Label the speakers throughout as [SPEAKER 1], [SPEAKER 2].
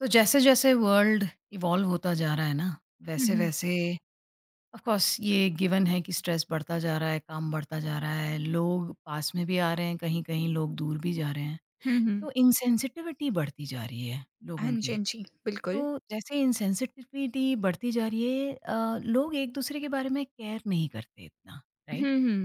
[SPEAKER 1] तो जैसे-जैसे world evolve होता जा रहा है ना,
[SPEAKER 2] हुँ, हुँ।
[SPEAKER 1] वैसे-वैसे ऑफ़ कोर्स ये गिवन है कि स्ट्रेस बढ़ता जा रहा है, काम बढ़ता जा रहा है, लोग पास में भी आ रहे हैं, कहीं-कहीं लोग दूर भी जा रहे हैं।
[SPEAKER 2] हुँ, हुँ।
[SPEAKER 1] तो इनसेंसिटिविटी बढ़ती जा रही है
[SPEAKER 2] हाँ
[SPEAKER 1] लोगों
[SPEAKER 2] जी,
[SPEAKER 1] की।
[SPEAKER 2] हाँ जी, बिल्कुल।
[SPEAKER 1] तो जैसे इनसेंसिटिविटी बढ़ती जा रही है लोग एक-दूसरे के बारे में केयर नहीं करते इतना,
[SPEAKER 2] हुँ,
[SPEAKER 1] राइट?
[SPEAKER 2] हुँ,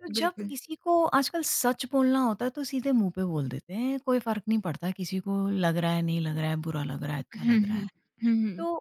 [SPEAKER 1] तो जब
[SPEAKER 2] बिल्कुल।
[SPEAKER 1] किसी को आजकल सच बोलना होता है तो सीधे मुंह पे बोल देते हैं, कोई फ़र्क नहीं पड़ता किसी को लग रहा है, नहीं लग रहा है, बुरा लग रहा है, अच्छा
[SPEAKER 2] हुँ,
[SPEAKER 1] लग रहा है।
[SPEAKER 2] हुँ। हुँ, हुँ।
[SPEAKER 1] तो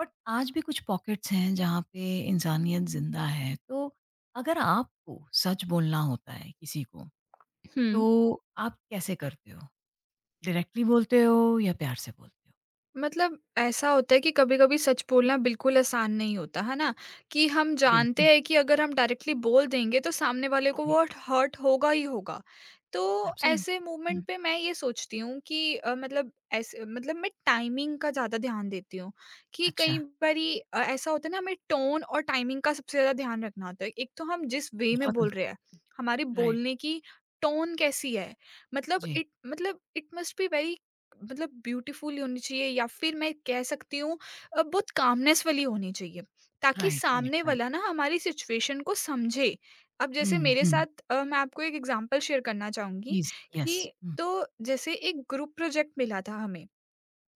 [SPEAKER 1] बट आज भी कुछ पॉकेट्स हैं जहाँ पे इंसानियत ज़िंदा है, तो अगर आपको सच बोलना होता है किसी को,
[SPEAKER 2] हुँ।
[SPEAKER 1] तो आप कैसे करते हो? डायरेक्टली बोलते हो या प्यार से बोलते हो?
[SPEAKER 2] मतलब ऐसा होता है कि कभी-कभी सच बोलना बिल्कुल आसान नहीं होता, है ना? कि हम जानते
[SPEAKER 1] बिल्कुल,
[SPEAKER 2] हैं कि अगर हम डायरेक्टली बोल देंगे तो सामने वाले को
[SPEAKER 1] नहीं,
[SPEAKER 2] वो हर्ट होगा ही होगा। तो ऐसे
[SPEAKER 1] एब्सोल्युटली।
[SPEAKER 2] मोमेंट
[SPEAKER 1] हुँ।
[SPEAKER 2] पे मैं ये सोचती हूँ कि अ, मतलब ऐसे मतलब मैं टाइमिंग का ज़्यादा ध्यान देती हूँ कि
[SPEAKER 1] अच्छा,
[SPEAKER 2] कई बारी ऐसा होता है ना हमें टोन और टाइमिंग का सबसे ज़्यादा ध्यान रखना होता है। एक तो हम जिस वे में
[SPEAKER 1] बहुत
[SPEAKER 2] बोल रहे हैं,
[SPEAKER 1] इम्पोर्टेंट
[SPEAKER 2] हमारे
[SPEAKER 1] है। राइट,
[SPEAKER 2] बोलने की टोन कैसी है? मतलब
[SPEAKER 1] जी,
[SPEAKER 2] इट मतलब इट मस्ट बी वेरी मतलब ब्यूटीफुल होनी चाहिए या फिर मैं कह सकती हूँ बहुत कामनेस वाली होनी चाहिए ताकि
[SPEAKER 1] राइट, राइट,
[SPEAKER 2] सामने
[SPEAKER 1] राइट।
[SPEAKER 2] वाला ना हमारी सिचुएशन को समझे। अब जैसे
[SPEAKER 1] हुँ,
[SPEAKER 2] मेरे
[SPEAKER 1] हुँ,
[SPEAKER 2] साथ मैं आपको एक एग्जांपल शेयर करना चाहूँगी
[SPEAKER 1] प्लीज़, यस,
[SPEAKER 2] कि
[SPEAKER 1] हुँ।
[SPEAKER 2] तो जैसे एक ग्रुप प्रोजेक्ट मिला था हमें,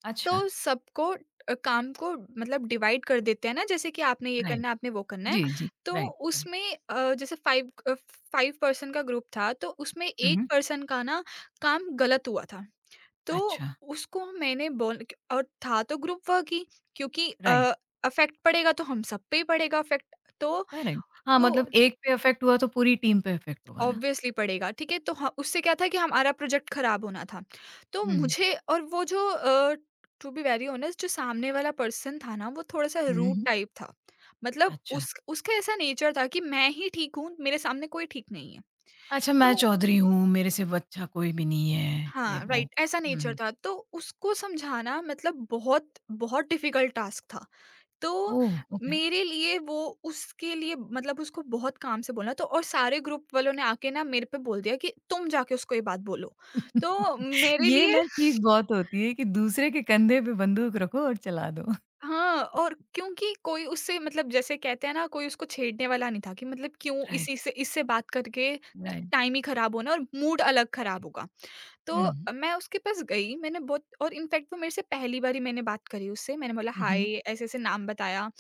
[SPEAKER 1] अच्छा,
[SPEAKER 2] तो सबको काम को मतलब डिवाइड कर देते हैं ना जैसे कि आपने ये
[SPEAKER 1] राइट।
[SPEAKER 2] करना है, आपने वो करना है।
[SPEAKER 1] जी, जी,
[SPEAKER 2] तो
[SPEAKER 1] राइट, करेक्ट।
[SPEAKER 2] उसमें जैसे 5 5 पर्सन का ग्रुप था तो उसमें
[SPEAKER 1] हुँ,
[SPEAKER 2] 1
[SPEAKER 1] हुँ।
[SPEAKER 2] पर्सन का ना काम गलत हुआ था। तो
[SPEAKER 1] अच्छा,
[SPEAKER 2] उसको मैंने बोल और था तो ग्रुप वर्क ही क्योंकि
[SPEAKER 1] राइट,
[SPEAKER 2] इफेक्ट पड़ेगा तो हम सब पे ही पड़ेगा इफेक्ट तो
[SPEAKER 1] करेक्ट। हाँ,
[SPEAKER 2] तो
[SPEAKER 1] मतलब एक पे इफ़ेक्ट हुआ तो पूरी टीम पे इफ़ेक्ट होगा ना।
[SPEAKER 2] ऑब्वियसली पड़ेगा ठीक है तो ह उससे क्या था कि हमारा प्रोजेक्ट खराब होना था। तो
[SPEAKER 1] हुँ,
[SPEAKER 2] मुझे और वो जो टू बी वेरी ऑनेस्ट जो सामने वाला पर्सन था ना वो थोड़ा-सा
[SPEAKER 1] हुँ,
[SPEAKER 2] रूड
[SPEAKER 1] हुँ।
[SPEAKER 2] टाइप था। मतलब
[SPEAKER 1] अच्छा,
[SPEAKER 2] उस उसका ऐसा नेचर था कि मैं ही ठीक हूँ, मेरे सामने कोई ठीक नहीं है।
[SPEAKER 1] अच्छा मैं
[SPEAKER 2] तो
[SPEAKER 1] चौधरी हूँ, मेरे से अच्छा कोई भी नहीं है, ये
[SPEAKER 2] हाँ,
[SPEAKER 1] वो।
[SPEAKER 2] राइट ऐसा नेचर
[SPEAKER 1] हुँ,
[SPEAKER 2] था, तो उसको समझाना मतलब बहुत, बहुत डिफ़िकल्ट टास्क था। तो
[SPEAKER 1] ओह! ओके।
[SPEAKER 2] मेरे लिए वो उसके लिए मतलब उसको बहुत काम से बोलना तो और सारे ग्रुप वालों ने आके ना मेरे पे बोल दिया कि तुम जाके उसको ये बात बोलो। तो मेरे
[SPEAKER 1] ये
[SPEAKER 2] लिए
[SPEAKER 1] ना चीज़ बहुत होती है कि दूसरे के कंधे पे बंदूक रखो और चला दो।
[SPEAKER 2] हाँ, और क्योंकि कोई उससे मतलब जैसे कहते हैं ना कोई उसको छेड़ने वाला नहीं था कि मतलब क्यों
[SPEAKER 1] राइट,
[SPEAKER 2] इसी से इससे बात करके
[SPEAKER 1] राइट,
[SPEAKER 2] टाइम ही खराब होना और मूड अलग
[SPEAKER 1] करेक्ट।
[SPEAKER 2] खराब होगा।
[SPEAKER 1] हुँ,
[SPEAKER 2] तो
[SPEAKER 1] हुँ,
[SPEAKER 2] मैं उसके पास गई, मैंने बहुत और इनफैक्ट वो मेरे से पहली बार ही मैंने बात करी उससे, मैंने बोला
[SPEAKER 1] हुँ,
[SPEAKER 2] हाय,
[SPEAKER 1] हुँ,
[SPEAKER 2] ऐसे-ऐसे नाम बताया।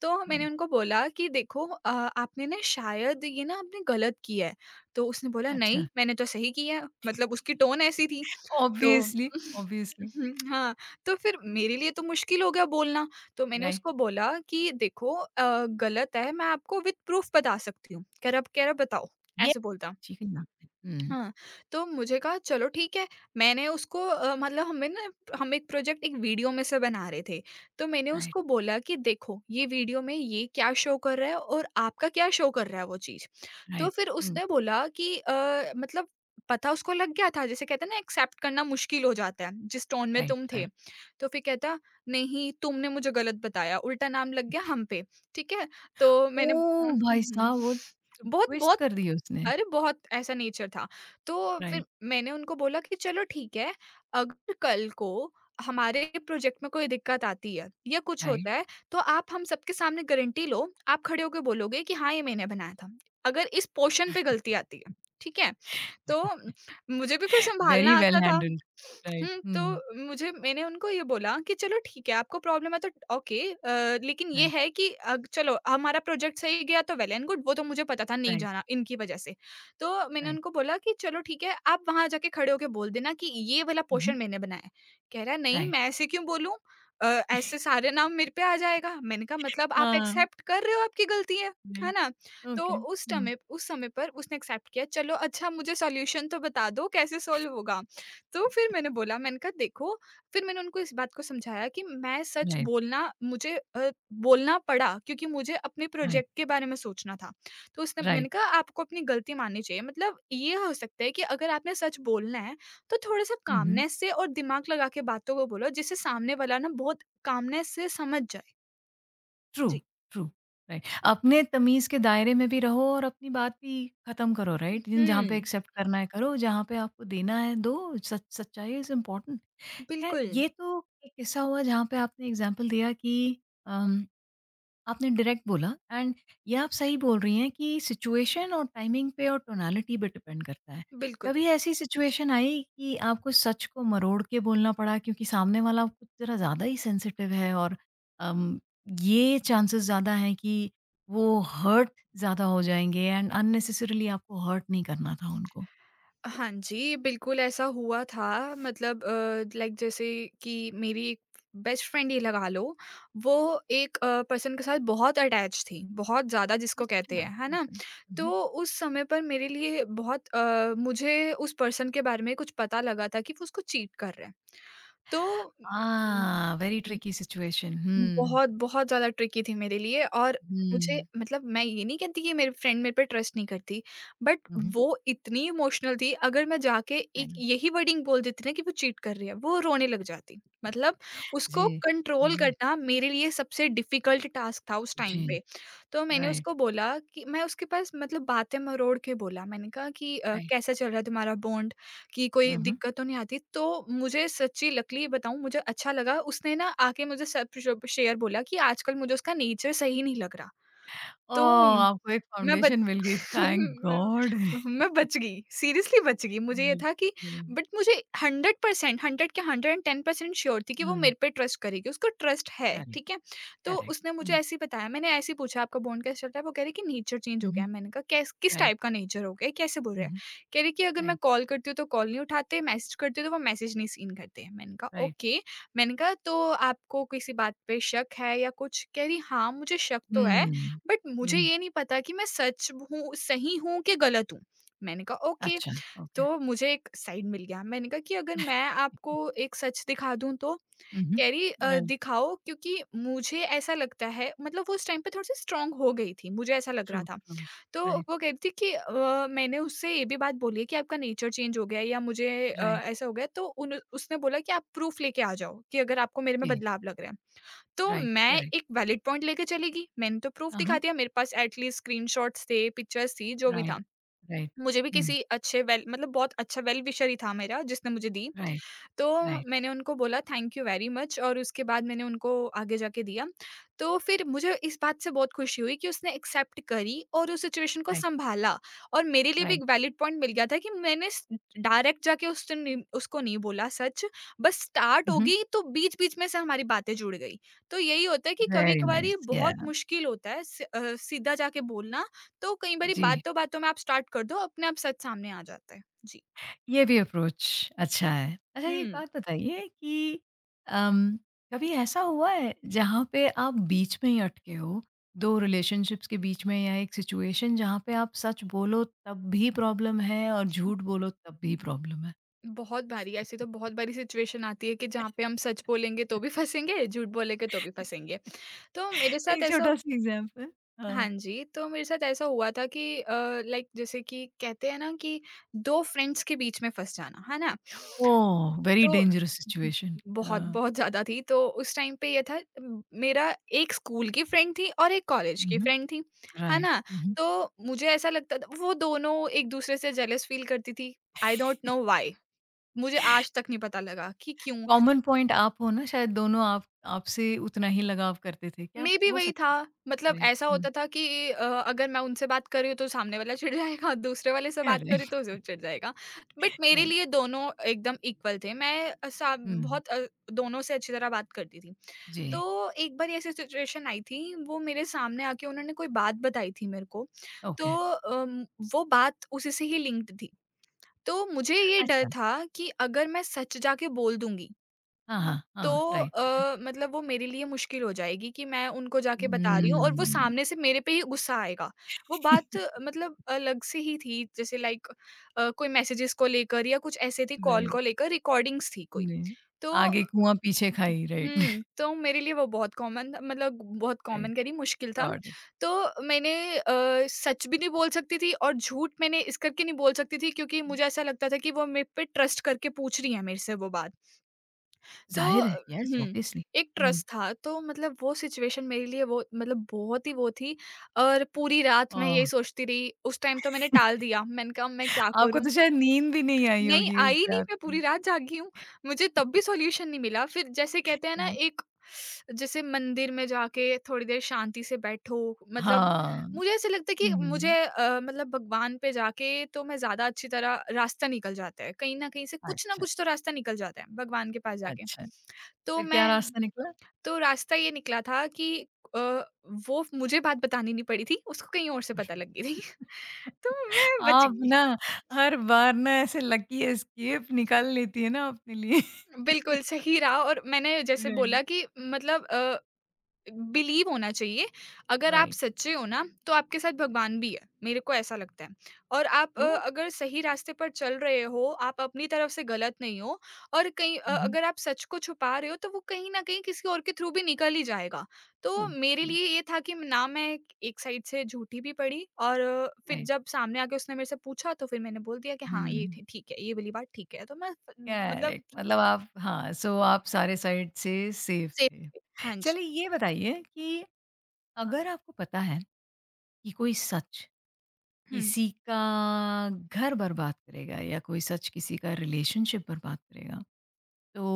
[SPEAKER 2] तो मैंने
[SPEAKER 1] राइट,
[SPEAKER 2] उनको बोला कि देखो आपने ना शायद ये ना आपने गलत किया है। तो उसने बोला
[SPEAKER 1] अच्छा।
[SPEAKER 2] नहीं, मैंने तो सही किया है, मतलब उसकी टोन ऐसी थी। तो
[SPEAKER 1] ऑब्वियसली, ऑब्वियसली।
[SPEAKER 2] हुँ, हाँ, तो फिर मेरे लिए तो मुश्किल हो गया बोलना, तो मैंने
[SPEAKER 1] राइट,
[SPEAKER 2] उसको बोला कि देखो गलत है, मैं आपको विद प्रूफ बता सकती हूँ। कह रहा बताओ,
[SPEAKER 1] ये
[SPEAKER 2] ऐसे बोलता।
[SPEAKER 1] ठीक है ना। हुँ,
[SPEAKER 2] हाँ, तो मुझे कहा चलो ठीक है, मैंने उसको मतलब हमें ना हम एक प्रोजेक्ट एक वीडियो में से बना रहे थे, तो मैंने
[SPEAKER 1] राइट।
[SPEAKER 2] उसको बोला कि देखो ये वीडियो में ये क्या शो कर रहा है और आपका क्या शो कर रहा है वो चीज़। तो
[SPEAKER 1] राइट।
[SPEAKER 2] फिर
[SPEAKER 1] हुँ,
[SPEAKER 2] उसने बोला कि मतलब पता उसको लग गया था जैसे कहते हैं ना एक्सेप्ट करना मुश्किल हो जाता है, जिस टोन में
[SPEAKER 1] राइट,
[SPEAKER 2] तुम थे।
[SPEAKER 1] राइट।
[SPEAKER 2] तो फिर कहता नहीं तुमने मुझे गलत बताया, उल्टा नाम लग गया हम पे, ठीक है? तो मैंने
[SPEAKER 1] ओह!
[SPEAKER 2] हुँ,
[SPEAKER 1] भाई
[SPEAKER 2] हुँ।
[SPEAKER 1] साहब वो ट्विस्ट
[SPEAKER 2] बहुत-बहुत
[SPEAKER 1] कर दी उसने।
[SPEAKER 2] अरे! बहुत ऐसा नेचर था। तो फिर
[SPEAKER 1] राइट,
[SPEAKER 2] मैंने उनको बोला कि चलो ठीक है, अगर कल को हमारे प्रोजेक्ट में कोई दिक्कत आती है या कुछ
[SPEAKER 1] राइट।
[SPEAKER 2] होता है, तो आप हम सबके सामने गारंटी लो, आप खड़े होके बोलोगे कि हाँ, ये मैंने बनाया था। अगर इस पोर्शन पे गलती आती है, ठीक है? तो मुझे भी फिर
[SPEAKER 1] वेरी
[SPEAKER 2] सँभालना
[SPEAKER 1] वेल
[SPEAKER 2] आता था।
[SPEAKER 1] हैंडल्ड। राइट,
[SPEAKER 2] हुँ,
[SPEAKER 1] हुँ,
[SPEAKER 2] तो मुझे मैंने उनको ये बोला कि चलो ठीक है, आपको प्रॉब्लम है तो ओके लेकिन ये
[SPEAKER 1] राइट,
[SPEAKER 2] है कि अग चलो हमारा प्रोजेक्ट सही गया तो वेल एंड गुड, वो तो मुझे पता था नहीं
[SPEAKER 1] राइट,
[SPEAKER 2] जाना इनकी वज़ह से। तो मैंने
[SPEAKER 1] राइट।
[SPEAKER 2] उनको बोला कि चलो ठीक है, आप वहाँ जाके खड़े होके बोल देना कि ये वाला
[SPEAKER 1] हुँ, हुँ,
[SPEAKER 2] पोर्शन मैंने बनाया है। कह रहा है, "नहीं,
[SPEAKER 1] राइट।
[SPEAKER 2] मैं ऐसे क्यों बोलूँ? ऐसे सारे नाम मेरे पे आ जाएगा।" मैंने कहा, "मतलब आप
[SPEAKER 1] हाँ,
[SPEAKER 2] एक्सेप्ट कर रहे हो आपकी गलती है
[SPEAKER 1] राइट,
[SPEAKER 2] ना? तो
[SPEAKER 1] ओके।
[SPEAKER 2] उस
[SPEAKER 1] हुँ,
[SPEAKER 2] समय उस समय पर उसने एक्सेप्ट किया, "चलो अच्छा मुझे सॉल्यूशन तो बता दो कैसे सॉल्व होगा?" तो फिर मैंने बोला मैंने कहा देखो फिर मैंने उनको इस बात को समझाया कि मैं सच
[SPEAKER 1] राइट,
[SPEAKER 2] बोलना मुझे बोलना पड़ा क्योंकि मुझे अपने
[SPEAKER 1] राइट,
[SPEAKER 2] प्रोजेक्ट के बारे में सोचना था। तो उसने मैंने
[SPEAKER 1] राइट।
[SPEAKER 2] कहा आपको अपनी गलती माननी चाहिए मतलब ये हो सकता है कि अगर आपने सच बोलना है, तो थोड़ा-सा
[SPEAKER 1] हुँ, हुँ।
[SPEAKER 2] कामनेस से और दिमाग लगा के बातों को बोलो जिससे सामने वाला ना बहुत कामनेस से समझ जाए।
[SPEAKER 1] ट्रू,
[SPEAKER 2] जी।
[SPEAKER 1] True, right. अपने तमीज़ के दायरे में भी रहो और अपनी बात भी ख़त्म करो राइट? जिन जहाँ पे
[SPEAKER 2] हुँ,
[SPEAKER 1] एक्सेप्ट करना है करो, जहाँ पे आपको देना है दो, सच सच्चाई इज़ इम्पोर्टेंट। ख़ैर
[SPEAKER 2] बिल्कुल,
[SPEAKER 1] ये तो एक किस्सा हुआ जहाँ पे आपने एग्ज़ाम्पल दिया कि अम आपने डायरेक्ट बोला एंड ये आप सही बोल रही हैं कि सिचुएशन और टाइमिंग पे और टोनालिटी पे डिपेंड करता है।
[SPEAKER 2] बिल्कुल।
[SPEAKER 1] कभी ऐसी सिचुएशन आई कि आपको सच को मरोड़ के बोलना पड़ा क्योंकि सामने वाला कुछ ज़रा ज़्यादा ही सेंसिटिव है और अम, ये चांसेस ज़्यादा हैं कि वो हर्ट ज़्यादा हो जाएँगे एंड अननेसेसरीली आपको हर्ट नहीं करना था उनको?
[SPEAKER 2] हाँ जी, बिल्कुल ऐसा हुआ था मतलब लाइक जैसे कि मेरी एक बेस्ट फ्रेंड ही लगा लो, वो एक पर्सन के साथ बहुत अटैच थी, बहुत ज़्यादा जिसको
[SPEAKER 1] अच्छा,
[SPEAKER 2] कहते हैं, है ना?
[SPEAKER 1] ओके। हुँ।
[SPEAKER 2] तो उस समय पर मेरे लिए बहुत मुझे उस पर्सन के बारे में कुछ पता लगा था कि वो उसको चीट कर रहा है। तो
[SPEAKER 1] हाँ, वेरी ट्रिकी सिचुएशन। हुँ।
[SPEAKER 2] बहुत, बहुत ज़्यादा ट्रिकी थी मेरे लिए और मुझे
[SPEAKER 1] हुँ।
[SPEAKER 2] मतलब मैं ये नहीं कहती कि मेरी फ्रेंड मेरे पे ट्रस्ट नहीं करती, बट
[SPEAKER 1] हुँ, हुँ।
[SPEAKER 2] वो इतनी इमोशनल थी, अगर मैं जाके एक
[SPEAKER 1] राइट।
[SPEAKER 2] यही वर्डिंग बोल देती ना कि वो चीट कर रही है, वो रोने लग जाती। मतलब
[SPEAKER 1] जी,
[SPEAKER 2] उसको कंट्रोल
[SPEAKER 1] जी,
[SPEAKER 2] करना मेरे लिए सबसे डिफ़िकल्ट टास्क था उस
[SPEAKER 1] जी।
[SPEAKER 2] टाइम पे। तो मैंने
[SPEAKER 1] राइट,
[SPEAKER 2] उसको बोला कि मैं उसके पास मतलब बातें मरोड़ के बोला, मैंने कहा कि
[SPEAKER 1] राइट।
[SPEAKER 2] "कैसा चल रहा है तुम्हारा बॉन्ड?" कि कोई
[SPEAKER 1] हुँ, हुँ।
[SPEAKER 2] दिक्कत तो नहीं आती, तो मुझे सच्ची लकीली बताऊँ मुझे अच्छा लगा, उसने ना आके मुझे सब शेयर बोला कि आजकल मुझे उसका नेचर सही नहीं लग रहा। तो
[SPEAKER 1] ओह! आपको एक
[SPEAKER 2] मैं बच
[SPEAKER 1] फाउंडेशन मिल गई, थैंक
[SPEAKER 2] मैं
[SPEAKER 1] गॉड!
[SPEAKER 2] मैं बच गई, सीरियसली बच गई। मुझे ये
[SPEAKER 1] राइट,
[SPEAKER 2] था कि
[SPEAKER 1] राइट।
[SPEAKER 2] बट मुझे 100% 100 क्या 110% श्योर थी कि वो
[SPEAKER 1] हुँ,
[SPEAKER 2] मेरे पे ट्रस्ट करेगी, उसको ट्रस्ट है,
[SPEAKER 1] करेक्ट,
[SPEAKER 2] ठीक है? तो
[SPEAKER 1] करेक्ट।
[SPEAKER 2] उसने मुझे
[SPEAKER 1] हुँ,
[SPEAKER 2] ऐसे ही बताया, मैंने ऐसे ही पूछा, "आपका बॉन्ड कैसे चल रहा है?" वो कह रही कि नेचर चेंज
[SPEAKER 1] हुँ,
[SPEAKER 2] हो
[SPEAKER 1] हुँ,
[SPEAKER 2] गया है। मैंने कहा, "कैस किस
[SPEAKER 1] राइट,
[SPEAKER 2] टाइप का नेचर हो गया है? कैसे बोल
[SPEAKER 1] हुँ,
[SPEAKER 2] रहे हैं?"
[SPEAKER 1] हुँ,
[SPEAKER 2] कह रही कि, "अगर मैं
[SPEAKER 1] राइट,
[SPEAKER 2] कॉल करती हूँ, तो कॉल नहीं उठाते, मैसेज करती हूँ, तो वो मैसेज नहीं सीन करते।" मैंने कहा,
[SPEAKER 1] राइट।
[SPEAKER 2] "ओके।" मैंने कहा, "तो आपको किसी बात पे शक है या कुछ?" कह रही, "हाँ, मुझे शक तो है।
[SPEAKER 1] हुँ,
[SPEAKER 2] बट मुझे
[SPEAKER 1] हुँ,
[SPEAKER 2] ये नहीं पता कि मैं सच हूँ सही हूँ कि गलत हूँ। मैंने कहा ओके,
[SPEAKER 1] अच्छा, ओके।
[SPEAKER 2] तो मुझे एक साइड मिल गया। मैंने कहा कि अगर मैं आपको एक सच दिखा दूँ तो?
[SPEAKER 1] हुँ, हुँ,
[SPEAKER 2] कह रही
[SPEAKER 1] राइट,
[SPEAKER 2] दिखाओ क्योंकि मुझे ऐसा लगता है मतलब वो उस टाइम पे थोड़ी-सी स्ट्रॉन्ग हो गई थी, मुझे ऐसा लग
[SPEAKER 1] ट्रू,
[SPEAKER 2] रहा था।
[SPEAKER 1] ट्रू,
[SPEAKER 2] तो
[SPEAKER 1] राइट,
[SPEAKER 2] वो कह रही थी कि मैंने उससे ये भी बात बोली है कि आपका नेचर चेंज हो गया है या मुझे
[SPEAKER 1] राइट,
[SPEAKER 2] ऐसा हो गया है तो उन उसने बोला कि आप प्रूफ लेके आ जाओ कि अगर आपको मेरे में
[SPEAKER 1] जी,
[SPEAKER 2] बदलाव लग रहा है। तो
[SPEAKER 1] राइट,
[SPEAKER 2] मैं
[SPEAKER 1] करेक्ट।
[SPEAKER 2] एक वैलिड पॉइंट लेके चली गई। मैंने तो प्रूफ़
[SPEAKER 1] आ
[SPEAKER 2] दिखा
[SPEAKER 1] हाँ,
[SPEAKER 2] दिया मेरे पास एट लीस्ट स्क्रीनशॉट्स थे, पिक्चर्स थी, जो भी
[SPEAKER 1] राइट,
[SPEAKER 2] था।
[SPEAKER 1] राइट,
[SPEAKER 2] मुझे भी
[SPEAKER 1] हुँ,
[SPEAKER 2] किसी अच्छे वेल मतलब बहुत अच्छा वेल विशर ही था मेरा जिसने मुझे दी।
[SPEAKER 1] राइट,
[SPEAKER 2] तो
[SPEAKER 1] राइट,
[SPEAKER 2] मैंने उनको बोला थैंक यू वेरी मच और उसके बाद मैंने उनको आगे जाके दिया। तो फिर मुझे इस बात से बहुत खुशी हुई कि उसने एक्सेप्ट करी और उस सिचुएशन को
[SPEAKER 1] राइट,
[SPEAKER 2] सँभाला और मेरे लिए भी
[SPEAKER 1] राइट।
[SPEAKER 2] एक वैलिड पॉइंट मिल गया था कि मैंने स डायरेक्ट जाके उससे नहीं उसको नहीं बोला सच, बस स्टार्ट
[SPEAKER 1] हुँ,
[SPEAKER 2] हो
[SPEAKER 1] हुँ,
[SPEAKER 2] गई तो बीच-बीच में से हमारी बातें जुड़ गई। तो यही होता है कि
[SPEAKER 1] वेरी
[SPEAKER 2] कभी-कभार
[SPEAKER 1] नाइस,
[SPEAKER 2] ये
[SPEAKER 1] या,
[SPEAKER 2] बहुत मुश्किल होता है सीधा जाके बोलना तो कई बारी
[SPEAKER 1] जी।
[SPEAKER 2] बातों-बातों में आप स्टार्ट कर दो, अपने आप सच सामने आ जाता है। जी।
[SPEAKER 1] ये भी अप्रोच अच्छा है। अच्छा एक
[SPEAKER 2] हुँ।
[SPEAKER 1] बात बताइए कि अम, कभी ऐसा हुआ है जहाँ पे आप बीच में ही अटके हो? 2 रिलेशनशिप्स के बीच में या एक सिचुएशन जहाँ पे आप सच बोलो तब भी प्रॉब्लम है और झूठ बोलो तब भी प्रॉब्लम है?
[SPEAKER 2] बहुत बारी ऐसी तो बहुत बारी सिचुएशन आती है कि जहाँ पे हम सच बोलेंगे तो भी फँसेंगे, झूठ बोलेंगे तो भी फँसेंगे। तो मेरे साथ
[SPEAKER 1] एक
[SPEAKER 2] ऐसा हु-
[SPEAKER 1] छोटा-सा एग्ज़ाम्पल?
[SPEAKER 2] हाँ
[SPEAKER 1] हाँ।
[SPEAKER 2] जी, तो मेरे साथ ऐसा हुआ था कि लाइक जैसे कि कहते हैं ना कि 2 फ्रेंड्स के बीच में फँस जाना, है ना?
[SPEAKER 1] ओह! वेरी
[SPEAKER 2] तो
[SPEAKER 1] डेंजरस सिचुएशन।
[SPEAKER 2] बहुत,
[SPEAKER 1] हाँ।
[SPEAKER 2] बहुत ज़्यादा थी, तो उस टाइम पे ये था मेरा एक स्कूल की फ्रेंड थी और एक कॉलेज की
[SPEAKER 1] उहुँ,
[SPEAKER 2] फ्रेंड थी, है
[SPEAKER 1] राइट।
[SPEAKER 2] ना?
[SPEAKER 1] उहुँ।
[SPEAKER 2] तो मुझे ऐसा लगता था वो दोनों एक-दूसरे से जेलस फील करती थी, आई डोंट नो व्हाई मुझे आज तक नहीं पता लगा कि क्यों?
[SPEAKER 1] कॉमन पॉइंट आप हो ना शायद दोनों आप आपसे उतना ही लगाव करते थे। क्या
[SPEAKER 2] मेबी
[SPEAKER 1] हो
[SPEAKER 2] वही था।
[SPEAKER 1] सकता है?
[SPEAKER 2] मतलब
[SPEAKER 1] राइट।
[SPEAKER 2] ऐसा
[SPEAKER 1] हुँ।
[SPEAKER 2] होता था कि अगर मैं उनसे बात कर रही हूँ, तो सामने वाला चिढ़ जाएगा, दूसरे वाले से बात कर रही
[SPEAKER 1] करेक्ट।
[SPEAKER 2] हूँ, तो वो चिढ़ जाएगा। बट मेरे
[SPEAKER 1] राइट।
[SPEAKER 2] लिए दोनों एकदम इक्वल थे, मैं सा
[SPEAKER 1] हुँ।
[SPEAKER 2] बहुत दोनों से अच्छी तरह बात करती थी।
[SPEAKER 1] जी।
[SPEAKER 2] तो एक बार ऐसी सिचुएशन आई थी, वो मेरे सामने आके उन्होंने कोई बात बताई थी मेरे को। तो
[SPEAKER 1] ओके।
[SPEAKER 2] वो बात उसी से ही लिंक्ड थी, तो मुझे ये डर
[SPEAKER 1] अच्छा।
[SPEAKER 2] था कि अगर मैं सच जाके बोल दूंगी,
[SPEAKER 1] हाँ, हाँ,
[SPEAKER 2] तो
[SPEAKER 1] हाँ। राइट।
[SPEAKER 2] मतलब वो मेरे लिए मुश्किल हो जाएगी कि मैं उनको जाके बता रही हूँ और वो
[SPEAKER 1] हम्म।
[SPEAKER 2] सामने से मेरे पे ही गुस्सा आएगा। वो बात मतलब अलग से ही थी, जैसे लाइक कोई मैसेजेस को लेकर या कुछ ऐसे थी, कॉल
[SPEAKER 1] राइट।
[SPEAKER 2] को लेकर रिकॉर्डिंग्स थी कोई।
[SPEAKER 1] जी।
[SPEAKER 2] तो
[SPEAKER 1] आगे कुआँ पीछे खाई। राइट।
[SPEAKER 2] हुँ, तो मेरे लिए वो बहुत कॉमन था, मतलब बहुत
[SPEAKER 1] राइट।
[SPEAKER 2] कॉमन कह रही मुश्किल था।
[SPEAKER 1] Got it.
[SPEAKER 2] तो मैंने सच भी नहीं बोल सकती थी और झूठ मैंने इस करके नहीं बोल सकती थी, क्योंकि मुझे ऐसा लगता था कि वो मेरे पे ट्रस्ट करके पूछ रही है मेरे से वो बात। तो
[SPEAKER 1] ज़ाहिर है। Yes
[SPEAKER 2] hmm,
[SPEAKER 1] obviously.
[SPEAKER 2] एक
[SPEAKER 1] हुँ।
[SPEAKER 2] ट्रस्ट था, तो मतलब वो सिचुएशन मेरे लिए वो मतलब बहुत ही वो थी। और पूरी रात मैं
[SPEAKER 1] ओह!
[SPEAKER 2] यही सोचती रही। उस टाइम तो मैंने टाल दिया, मैंने कहा मैं क्या
[SPEAKER 1] आपको तो
[SPEAKER 2] करूँ?
[SPEAKER 1] शायद नींद भी नहीं आई
[SPEAKER 2] नहीं,
[SPEAKER 1] होगी उस
[SPEAKER 2] आई नहीं,
[SPEAKER 1] रात
[SPEAKER 2] मैं
[SPEAKER 1] को।
[SPEAKER 2] पूरी रात जागी हूँ। मुझे तब भी सॉल्यूशन नहीं मिला। फिर जैसे कहते हैं ना,
[SPEAKER 1] राइट।
[SPEAKER 2] एक जैसे मंदिर में जाके थोड़ी देर शांति से बैठो, मतलब
[SPEAKER 1] हाँ।
[SPEAKER 2] मुझे ऐसा लगता है कि मुझे
[SPEAKER 1] हुँ।
[SPEAKER 2] मतलब भगवान पे जाके तो मैं ज़्यादा अच्छी तरह रास्ता निकल जाता है। कहीं न कहीं से कुछ ना
[SPEAKER 1] अच्छा,
[SPEAKER 2] कुछ तो रास्ता निकल जाता है भगवान के पास जाके।
[SPEAKER 1] अच्छा।
[SPEAKER 2] तो
[SPEAKER 1] फिर क्या
[SPEAKER 2] मैं
[SPEAKER 1] रास्ता निकला?
[SPEAKER 2] तो रास्ता ये निकला था कि अ, वो मुझे बात बतानी नहीं पड़ी थी, उसको कहीं और से पता लग गई थी। तो मैं बच
[SPEAKER 1] आप
[SPEAKER 2] गई।
[SPEAKER 1] ना हर बार ना ऐसे लकी एस्केप निकाल लेती है ना अपने लिए।
[SPEAKER 2] बिल्कुल, सही रहा, और मैंने जैसे
[SPEAKER 1] राइट।
[SPEAKER 2] बोला कि मतलब बिलीव होना चाहिए। अगर आप
[SPEAKER 1] राइट,
[SPEAKER 2] सच्चे हो ना, तो आपके साथ भगवान भी है, मेरे को ऐसा लगता है। और आप
[SPEAKER 1] ट्रू।
[SPEAKER 2] अगर सही रास्ते पर चल रहे हो, आप अपनी तरफ से गलत नहीं हो। और कहीं
[SPEAKER 1] उहुँ,
[SPEAKER 2] अगर आप सच को छुपा रहे हो, तो वो कहीं न कहीं किसी और के थ्रू भी निकल ही जाएगा।
[SPEAKER 1] ट्रू,
[SPEAKER 2] तो मेरे
[SPEAKER 1] ट्रू,
[SPEAKER 2] लिए ये था कि ना मैं एक साइड से झूठी भी पड़ी और फिर
[SPEAKER 1] राइट।
[SPEAKER 2] जब सामने आके उसने मेरे से पूछा, तो फिर मैंने बोल दिया कि हाँ, ये
[SPEAKER 1] हुँ,
[SPEAKER 2] ठी ठीक है, ये वाली बात ठीक है। तो मैं मतलब
[SPEAKER 1] करेक्ट मतलब आप हाँ, सो आप सारे साइड से सेफ थे।
[SPEAKER 2] सेफ। हाँ जी।
[SPEAKER 1] चलिए ये बताइए कि अगर आपको पता है कि कोई सच
[SPEAKER 2] हुँ,
[SPEAKER 1] किसी का घर बर्बाद करेगा या कोई सच किसी का रिलेशनशिप बर्बाद करेगा तो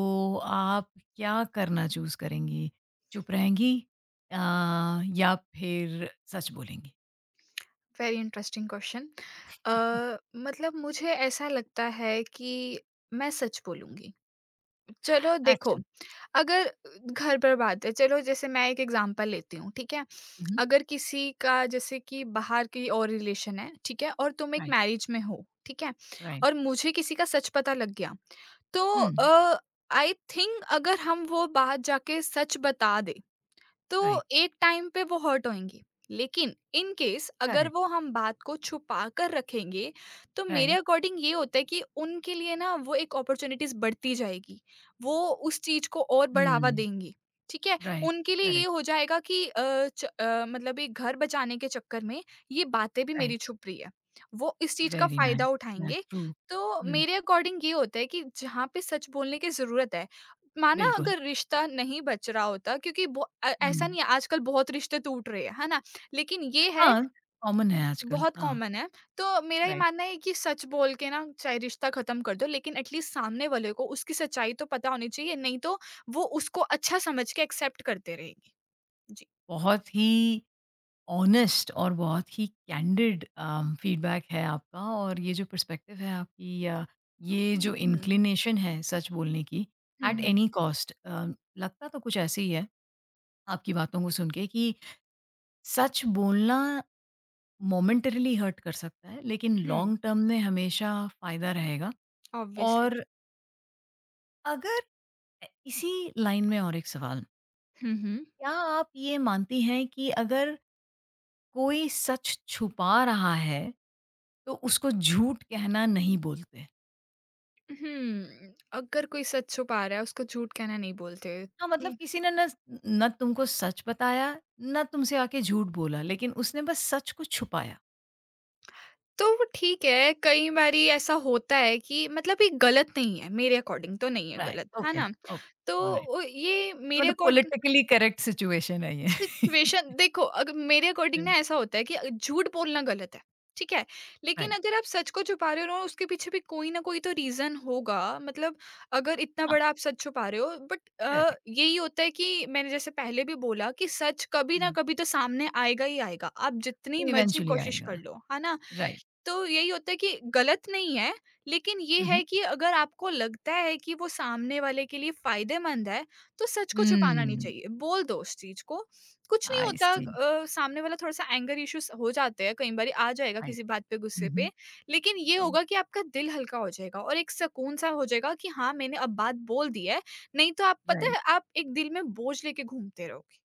[SPEAKER 1] आप क्या करना चूज़ करेंगी? चुप रहेंगी अ, या फिर सच बोलेंगी?
[SPEAKER 2] Very interesting question. अ, मतलब मुझे ऐसा लगता है कि मैं सच बोलूँगी। चलो देखो,
[SPEAKER 1] अच्छा।
[SPEAKER 2] अगर घर पर बात है, चलो जैसे मैं एक एग्ज़ाम्पल लेती हूँ, ठीक है?
[SPEAKER 1] हुँ,
[SPEAKER 2] अगर किसी का जैसे कि बाहर की और रिलेशन है, ठीक है? और तुम एक
[SPEAKER 1] राइट,
[SPEAKER 2] मैरिज में हो, ठीक है?
[SPEAKER 1] राइट।
[SPEAKER 2] और मुझे किसी का सच पता लग गया, तो
[SPEAKER 1] हुँ,
[SPEAKER 2] आई थिंक अगर हम वो बात जाके सच बता दें,
[SPEAKER 1] राइट,
[SPEAKER 2] तो एक टाइम पे वो हर्ट होंगी, लेकिन इन केस अगर
[SPEAKER 1] करेक्ट,
[SPEAKER 2] वो हम बात को छुपा कर रखेंगे, तो मेरे
[SPEAKER 1] राइट।
[SPEAKER 2] अकॉर्डिंग ये होता है कि उनके लिए ना वो एक अपॉर्चुनिटीज बढ़ती जाएगी, वो उस चीज को और बढ़ावा
[SPEAKER 1] हुँ,
[SPEAKER 2] देंगी। ठीक है,
[SPEAKER 1] राइट,
[SPEAKER 2] उनके लिए ये
[SPEAKER 1] करेक्ट,
[SPEAKER 2] हो जाएगा कि मतलब ये घर बचाने के चक्कर में ये बातें भी
[SPEAKER 1] राइट।
[SPEAKER 2] मेरी छुप रही है, वो इस चीज का
[SPEAKER 1] वेरी
[SPEAKER 2] फायदा
[SPEAKER 1] नाइस, या
[SPEAKER 2] उठाएंगे।
[SPEAKER 1] ट्रू।
[SPEAKER 2] तो
[SPEAKER 1] हुँ,
[SPEAKER 2] मेरे अकॉर्डिंग ये होता है कि जहाँ पे सच बोलने की जरूरत है, माना
[SPEAKER 1] बिल्कुल।
[SPEAKER 2] अगर रिश्ता नहीं बच रहा होता, क्योंकि
[SPEAKER 1] हुँ।
[SPEAKER 2] ऐसा नहीं है, आजकल बहुत रिश्ते टूट रहे हैं, है ना? लेकिन ये है,
[SPEAKER 1] हाँ, कॉमन है आजकल।
[SPEAKER 2] बहुत
[SPEAKER 1] हाँ,
[SPEAKER 2] कॉमन है। तो मेरा ये
[SPEAKER 1] राइट।
[SPEAKER 2] मानना है कि सच बोल के ना चाहे रिश्ता खत्म कर दो, लेकिन एटलीस्ट सामने वाले को उसकी सच्चाई तो पता होनी चाहिए, नहीं तो वो उसको अच्छा समझ के एक्सेप्ट करते रहेगी। जी।
[SPEAKER 1] बहुत ही ऑनेस्ट और बहुत ही कैंडिड फीडबैक है आपका और ये जो पर्सपेक्टिव है आपकी ये
[SPEAKER 2] हम्म,
[SPEAKER 1] जो
[SPEAKER 2] हम्म,
[SPEAKER 1] इंक्लिनेशन है सच बोलने की एट
[SPEAKER 2] हम्म,
[SPEAKER 1] एनी कॉस्ट लगता तो कुछ ऐसे ही है आपकी बातों को सुन के कि सच बोलना मोमेंटरीली हर्ट कर सकता है लेकिन
[SPEAKER 2] हम्म,
[SPEAKER 1] लॉन्ग टर्म में हमेशा फ़ायदा रहेगा
[SPEAKER 2] ऑब्वियसली।
[SPEAKER 1] और अगर इसी लाइन में और एक सवाल
[SPEAKER 2] हम्म, obviously,
[SPEAKER 1] क्या आप ये मानती हैं कि अगर कोई सच छुपा रहा है तो उसको झूठ कहना नहीं बोलते।
[SPEAKER 2] हम्म, हम्म, अगर कोई सच छुपा रहा है उसको झूठ कहना नहीं बोलते।
[SPEAKER 1] हाँ, मतलब किसी ने नस ना तुमको सच बताया, ना तुमसे आके झूठ बोला, लेकिन उसने बस सच को छुपाया।
[SPEAKER 2] तो वो ठीक है, कई बारी ऐसा होता है कि मतलब ये गलत नहीं है, मेरे अकॉर्डिंग तो नहीं है
[SPEAKER 1] राइट,
[SPEAKER 2] गलत, है
[SPEAKER 1] ओके,
[SPEAKER 2] ना?
[SPEAKER 1] ओके,
[SPEAKER 2] तो
[SPEAKER 1] ऑलराइट।
[SPEAKER 2] ये
[SPEAKER 1] तो
[SPEAKER 2] मेरे
[SPEAKER 1] मतलब
[SPEAKER 2] अकॉर्डिंग।
[SPEAKER 1] पॉलिटिकली करेक्ट सिचुएशन है ये।
[SPEAKER 2] सिचुएशन देखो, अगर मेरे अकॉर्डिंग ना
[SPEAKER 1] हुँ,
[SPEAKER 2] ऐसा होता है कि झूठ बोलना गलत है, ठीक है। लेकिन
[SPEAKER 1] राइट,
[SPEAKER 2] अगर आप सच को छुपा रहे हो ना, उसके पीछे भी कोई ना कोई तो रीजन होगा, मतलब अगर इतना
[SPEAKER 1] हाँ,
[SPEAKER 2] बड़ा आप सच छुपा रहे हो,
[SPEAKER 1] करेक्ट,
[SPEAKER 2] बट यही होता है कि मैंने जैसे पहले भी बोला कि सच कभी ना
[SPEAKER 1] हुँ,
[SPEAKER 2] कभी तो सामने आएगा ही आएगा, आप जितनी मर्जी
[SPEAKER 1] इवेंचुअली
[SPEAKER 2] कोशिश
[SPEAKER 1] आएगा,
[SPEAKER 2] कर लो, है ना?
[SPEAKER 1] राइट,
[SPEAKER 2] तो यही होता है कि गलत नहीं है, लेकिन ये
[SPEAKER 1] हुँ,
[SPEAKER 2] है
[SPEAKER 1] हुँ।
[SPEAKER 2] कि अगर आपको लगता है कि वो सामने वाले के लिए फायदेमंद है, तो सच को छुपाना नहीं
[SPEAKER 1] हुँ,
[SPEAKER 2] चाहिए, बोल दो उस चीज को। कुछ नहीं
[SPEAKER 1] आई
[SPEAKER 2] होता,
[SPEAKER 1] सी।
[SPEAKER 2] सामने वाला थोड़ा-सा एंगर इश्यूज़ हो जाते हैं, कई बारी आ जाएगा
[SPEAKER 1] राइट,
[SPEAKER 2] किसी बात पे,
[SPEAKER 1] हुँ,
[SPEAKER 2] गुस्से पे,
[SPEAKER 1] हुँ,
[SPEAKER 2] लेकिन ये
[SPEAKER 1] राइट,
[SPEAKER 2] होगा कि आपका दिल हल्का हो जाएगा और एक सुकून-सा हो जाएगा कि हाँ, मैंने अब बात बोल दी है। नहीं तो आप पता
[SPEAKER 1] राइट।
[SPEAKER 2] है आप एक दिल में बोझ लेके घूमते रहोगे।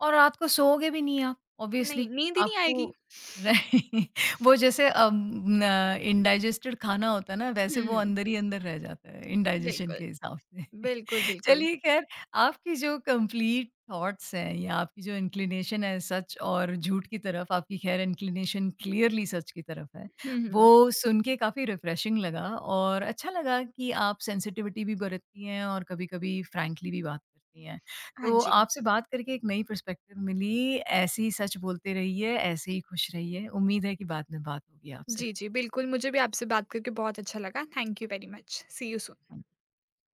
[SPEAKER 1] और रात को सोओगे भी नहीं आप ऑब्वियसली
[SPEAKER 2] नहीं, नींद ही नहीं आएगी।
[SPEAKER 1] आपको राइट वो जैसे इंडाइजेस्टेड खाना होता है ना वैसे वो
[SPEAKER 2] हुँ,
[SPEAKER 1] अंदर ही अंदर रह जाता है इंडाइजेशन
[SPEAKER 2] बिल्कुल।
[SPEAKER 1] के हिसाब से
[SPEAKER 2] बिल्कुल, बिल्कुल।
[SPEAKER 1] चलिए खैर आपकी जो कंप्लीट थॉट्स हैं या आपकी जो इंक्लिनेशन है सच और झूठ की तरफ आपकी खैर इंक्लिनेशन क्लियरली सच की तरफ है
[SPEAKER 2] हुँ, हुँ।
[SPEAKER 1] वो सुन के काफ़ी रिफ्रेशिंग लगा और अच्छा लगा कि आप सेंसिटिविटी भी बरतती हैं और कभी-कभी फ्रैंकली भी बात करती हैं
[SPEAKER 2] हाँ
[SPEAKER 1] तो
[SPEAKER 2] जी।
[SPEAKER 1] आपसे बात करके एक नई पर्सपेक्टिव मिली। ऐसे ही सच बोलते रहिए, ऐसे ही खुश रहिए। उम्मीद है कि बाद में बात होगी आपसे
[SPEAKER 2] जी,
[SPEAKER 1] फिर।
[SPEAKER 2] जी, बिल्कुल मुझे भी आपसे बात करके बहुत अच्छा लगा। Thank you very much. See you soon.